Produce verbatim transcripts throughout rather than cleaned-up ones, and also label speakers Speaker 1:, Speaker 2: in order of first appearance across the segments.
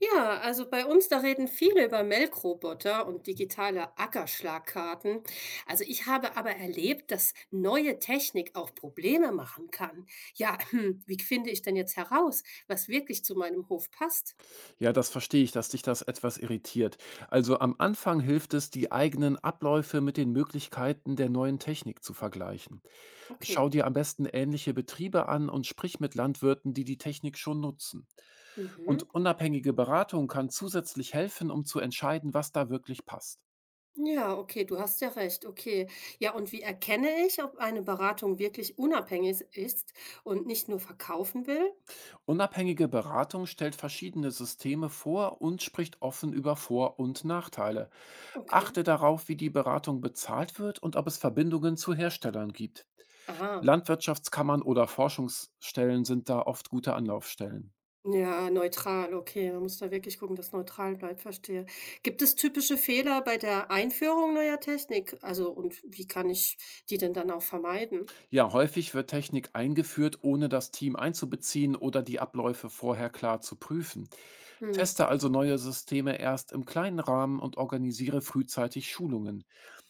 Speaker 1: Ja, also bei uns, da reden viele über Melkroboter und digitale Ackerschlagkarten. Also ich habe aber erlebt, dass neue Technik auch Probleme machen kann. Ja, hm, wie finde ich denn jetzt heraus, was wirklich zu meinem Hof passt?
Speaker 2: Ja, das verstehe ich, dass dich das etwas irritiert. Also am Anfang hilft es, die eigenen Abläufe mit den Möglichkeiten der neuen Technik zu vergleichen. Schau
Speaker 1: Okay.
Speaker 2: dir am besten ähnliche Betriebe an und sprich mit Landwirten, die die Technik schon nutzen.
Speaker 1: Mhm.
Speaker 2: Und unabhängige Beratung kann zusätzlich helfen, um zu entscheiden, was da wirklich passt.
Speaker 1: Ja, okay, du hast ja recht. Okay. Ja, und wie erkenne ich, ob eine Beratung wirklich unabhängig ist und nicht nur verkaufen will?
Speaker 2: Unabhängige Beratung stellt verschiedene Systeme vor und spricht offen über Vor- und Nachteile.
Speaker 1: Okay.
Speaker 2: Achte darauf, wie die Beratung bezahlt wird und ob es Verbindungen zu Herstellern gibt.
Speaker 1: Aha.
Speaker 2: Landwirtschaftskammern oder Forschungsstellen sind da oft gute Anlaufstellen.
Speaker 1: Ja, neutral, okay. Man muss da wirklich gucken, dass neutral bleibt, verstehe. Gibt es typische Fehler bei der Einführung neuer Technik? Also, und wie kann ich die denn dann auch vermeiden?
Speaker 2: Ja, häufig wird Technik eingeführt, ohne das Team einzubeziehen oder die Abläufe vorher klar zu prüfen.
Speaker 1: Hm.
Speaker 2: Teste also neue Systeme erst im kleinen Rahmen und organisiere frühzeitig Schulungen.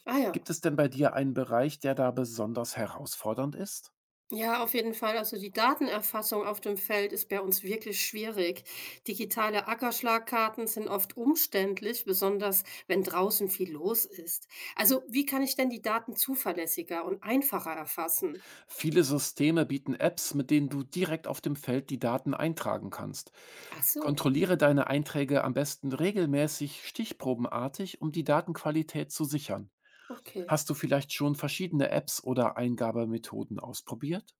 Speaker 1: Ah ja.
Speaker 2: Gibt es denn bei dir einen Bereich, der da besonders herausfordernd ist?
Speaker 1: Ja, auf jeden Fall. Also die Datenerfassung auf dem Feld ist bei uns wirklich schwierig. Digitale Ackerschlagkarten sind oft umständlich, besonders wenn draußen viel los ist. Also, wie kann ich denn die Daten zuverlässiger und einfacher erfassen?
Speaker 2: Viele Systeme bieten Apps, mit denen du direkt auf dem Feld die Daten eintragen kannst.
Speaker 1: Ach so,
Speaker 2: Kontrolliere deine Einträge am besten regelmäßig stichprobenartig, um die Datenqualität zu sichern.
Speaker 1: okay.
Speaker 2: Hast du vielleicht schon verschiedene Apps oder Eingabemethoden ausprobiert?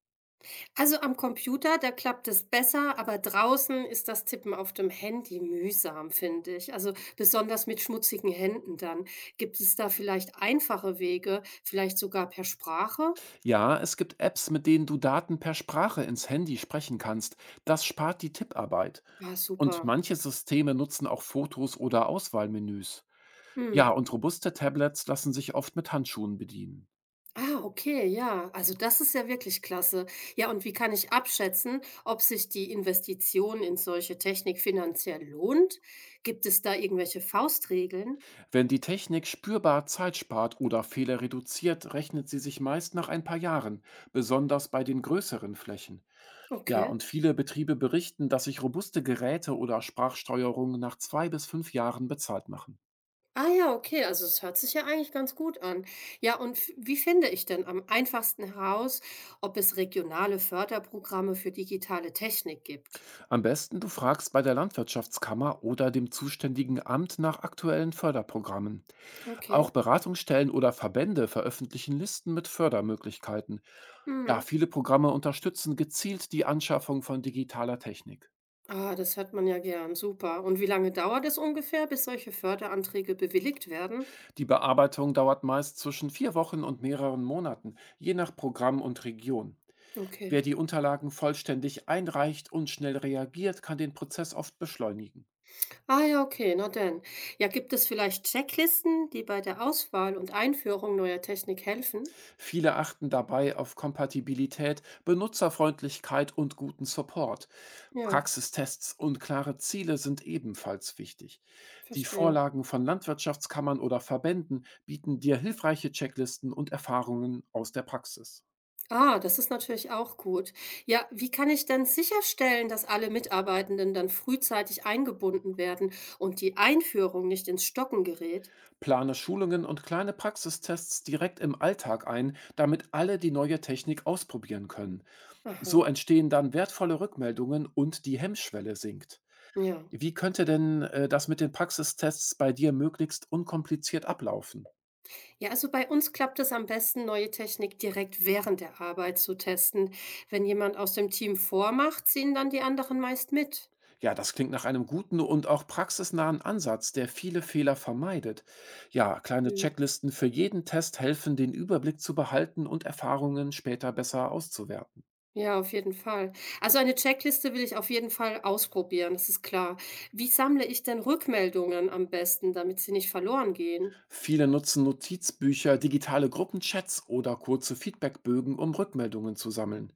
Speaker 1: Also am Computer, da klappt es besser, aber draußen ist das Tippen auf dem Handy mühsam, finde ich. Also besonders mit schmutzigen Händen dann. Gibt es da vielleicht einfache Wege, vielleicht sogar per Sprache?
Speaker 2: Ja, es gibt Apps, mit denen du Daten per Sprache ins Handy sprechen kannst. Das spart die Tipparbeit.
Speaker 1: Ah,
Speaker 2: Und
Speaker 1: super.
Speaker 2: manche Systeme nutzen auch Fotos oder Auswahlmenüs. Ja,
Speaker 1: Hm.
Speaker 2: und robuste Tablets lassen sich oft mit Handschuhen bedienen.
Speaker 1: Ah, okay, ja. Also das ist ja wirklich klasse. Ja, und wie kann ich abschätzen, ob sich die Investition in solche Technik finanziell lohnt? Gibt es da irgendwelche Faustregeln?
Speaker 2: Wenn die Technik spürbar Zeit spart oder Fehler reduziert, rechnet sie sich meist nach ein paar Jahren, besonders bei den größeren Flächen. Ja,
Speaker 1: Okay.
Speaker 2: und viele Betriebe berichten, dass sich robuste Geräte oder Sprachsteuerungen nach zwei bis fünf Jahren bezahlt machen.
Speaker 1: Ah ja, okay, also es hört sich ja eigentlich ganz gut an. Ja, und f wie finde ich denn am einfachsten heraus, ob es regionale Förderprogramme für digitale Technik gibt?
Speaker 2: Am besten du fragst bei der Landwirtschaftskammer oder dem zuständigen Amt nach aktuellen Förderprogrammen. Auch
Speaker 1: Okay.
Speaker 2: Beratungsstellen oder Verbände veröffentlichen Listen mit Fördermöglichkeiten. Ja,
Speaker 1: Mhm.
Speaker 2: viele Programme unterstützen gezielt die Anschaffung von digitaler Technik.
Speaker 1: Ah, das hört man ja gern. Super. Und wie lange dauert es ungefähr, bis solche Förderanträge bewilligt werden?
Speaker 2: Die Bearbeitung dauert meist zwischen vier Wochen und mehreren Monaten, je nach Programm und Region.
Speaker 1: Okay.
Speaker 2: Wer die Unterlagen vollständig einreicht und schnell reagiert, kann den Prozess oft beschleunigen.
Speaker 1: Ah ja, okay, na denn. Ja, gibt es vielleicht Checklisten, die bei der Auswahl und Einführung neuer Technik helfen?
Speaker 2: Viele achten dabei auf Kompatibilität, Benutzerfreundlichkeit und guten Support.
Speaker 1: Ja,
Speaker 2: Praxistests und klare Ziele sind ebenfalls wichtig. Die
Speaker 1: verstehe.
Speaker 2: Vorlagen von Landwirtschaftskammern oder Verbänden bieten dir hilfreiche Checklisten und Erfahrungen aus der Praxis.
Speaker 1: Ah, das ist natürlich auch gut. Ja, wie kann ich denn sicherstellen, dass alle Mitarbeitenden dann frühzeitig eingebunden werden und die Einführung nicht ins Stocken gerät?
Speaker 2: Plane Schulungen und kleine Praxistests direkt im Alltag ein, damit alle die neue Technik ausprobieren können. So
Speaker 1: Aha.
Speaker 2: entstehen dann wertvolle Rückmeldungen und die Hemmschwelle sinkt.
Speaker 1: Ja.
Speaker 2: Wie könnte denn, äh, das mit den Praxistests bei dir möglichst unkompliziert ablaufen?
Speaker 1: Ja, also bei uns klappt es am besten, neue Technik direkt während der Arbeit zu testen. Wenn jemand aus dem Team vormacht, ziehen dann die anderen meist mit.
Speaker 2: Ja, das klingt nach einem guten und auch praxisnahen Ansatz, der viele Fehler vermeidet. Ja, kleine
Speaker 1: Mhm.
Speaker 2: Checklisten für jeden Test helfen, den Überblick zu behalten und Erfahrungen später besser auszuwerten.
Speaker 1: Ja, auf jeden Fall. Also eine Checkliste will ich auf jeden Fall ausprobieren, das ist klar. Wie sammle ich denn Rückmeldungen am besten, damit sie nicht verloren gehen?
Speaker 2: Viele nutzen Notizbücher, digitale Gruppenchats oder kurze Feedbackbögen, um Rückmeldungen zu sammeln.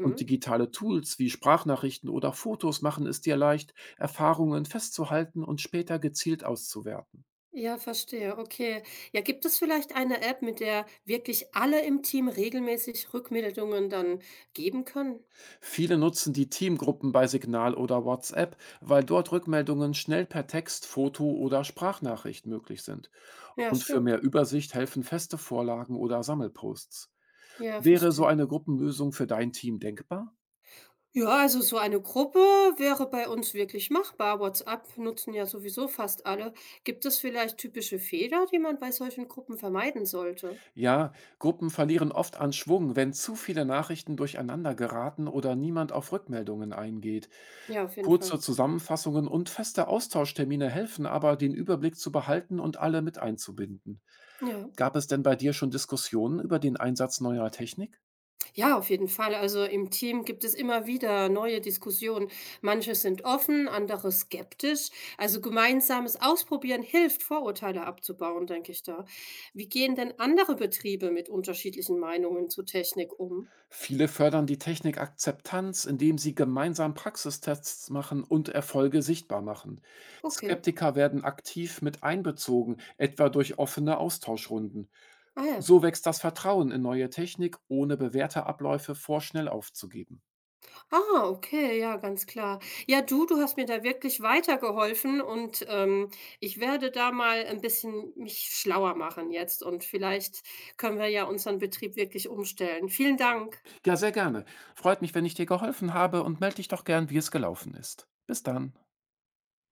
Speaker 2: Und digitale Tools wie Sprachnachrichten oder Fotos machen es dir leicht, Erfahrungen festzuhalten und später gezielt auszuwerten.
Speaker 1: Ja, verstehe, okay. Ja, gibt es vielleicht eine App, mit der wirklich alle im Team regelmäßig Rückmeldungen dann geben können?
Speaker 2: Viele nutzen die Teamgruppen bei Signal oder WhatsApp, weil dort Rückmeldungen schnell per Text, Foto oder Sprachnachricht möglich sind.
Speaker 1: Ja,
Speaker 2: Und für
Speaker 1: stimmt.
Speaker 2: mehr Übersicht helfen feste Vorlagen oder Sammelposts.
Speaker 1: Ja,
Speaker 2: Wäre so
Speaker 1: verstehe.
Speaker 2: eine Gruppenlösung für dein Team denkbar?
Speaker 1: Ja, also so eine Gruppe wäre bei uns wirklich machbar. WhatsApp nutzen ja sowieso fast alle. Gibt es vielleicht typische Fehler, die man bei solchen Gruppen vermeiden sollte?
Speaker 2: Ja, Gruppen verlieren oft an Schwung, wenn zu viele Nachrichten durcheinander geraten oder niemand auf Rückmeldungen eingeht.
Speaker 1: Ja, auf jeden
Speaker 2: Kurze
Speaker 1: Fall.
Speaker 2: Zusammenfassungen und feste Austauschtermine helfen aber, den Überblick zu behalten und alle mit einzubinden.
Speaker 1: Ja.
Speaker 2: Gab es denn bei dir schon Diskussionen über den Einsatz neuer Technik?
Speaker 1: Ja, auf jeden Fall. Also im Team gibt es immer wieder neue Diskussionen. Manche sind offen, andere skeptisch. Also gemeinsames Ausprobieren hilft, Vorurteile abzubauen, denke ich da. Wie gehen denn andere Betriebe mit unterschiedlichen Meinungen zur Technik um?
Speaker 2: Viele fördern die Technikakzeptanz, indem sie gemeinsam Praxistests machen und Erfolge sichtbar machen.
Speaker 1: Okay.
Speaker 2: Skeptiker werden aktiv mit einbezogen, etwa durch offene Austauschrunden.
Speaker 1: Ah ja.
Speaker 2: So wächst das Vertrauen in neue Technik, ohne bewährte Abläufe vorschnell aufzugeben.
Speaker 1: Ah, okay, ja, ganz klar. Ja, du, du hast mir da wirklich weitergeholfen und ähm, ich werde da mal ein bisschen mich schlauer machen jetzt und vielleicht können wir ja unseren Betrieb wirklich umstellen. Vielen Dank.
Speaker 2: Ja, sehr gerne. Freut mich, wenn ich dir geholfen habe und melde dich doch gern, wie es gelaufen ist. Bis dann.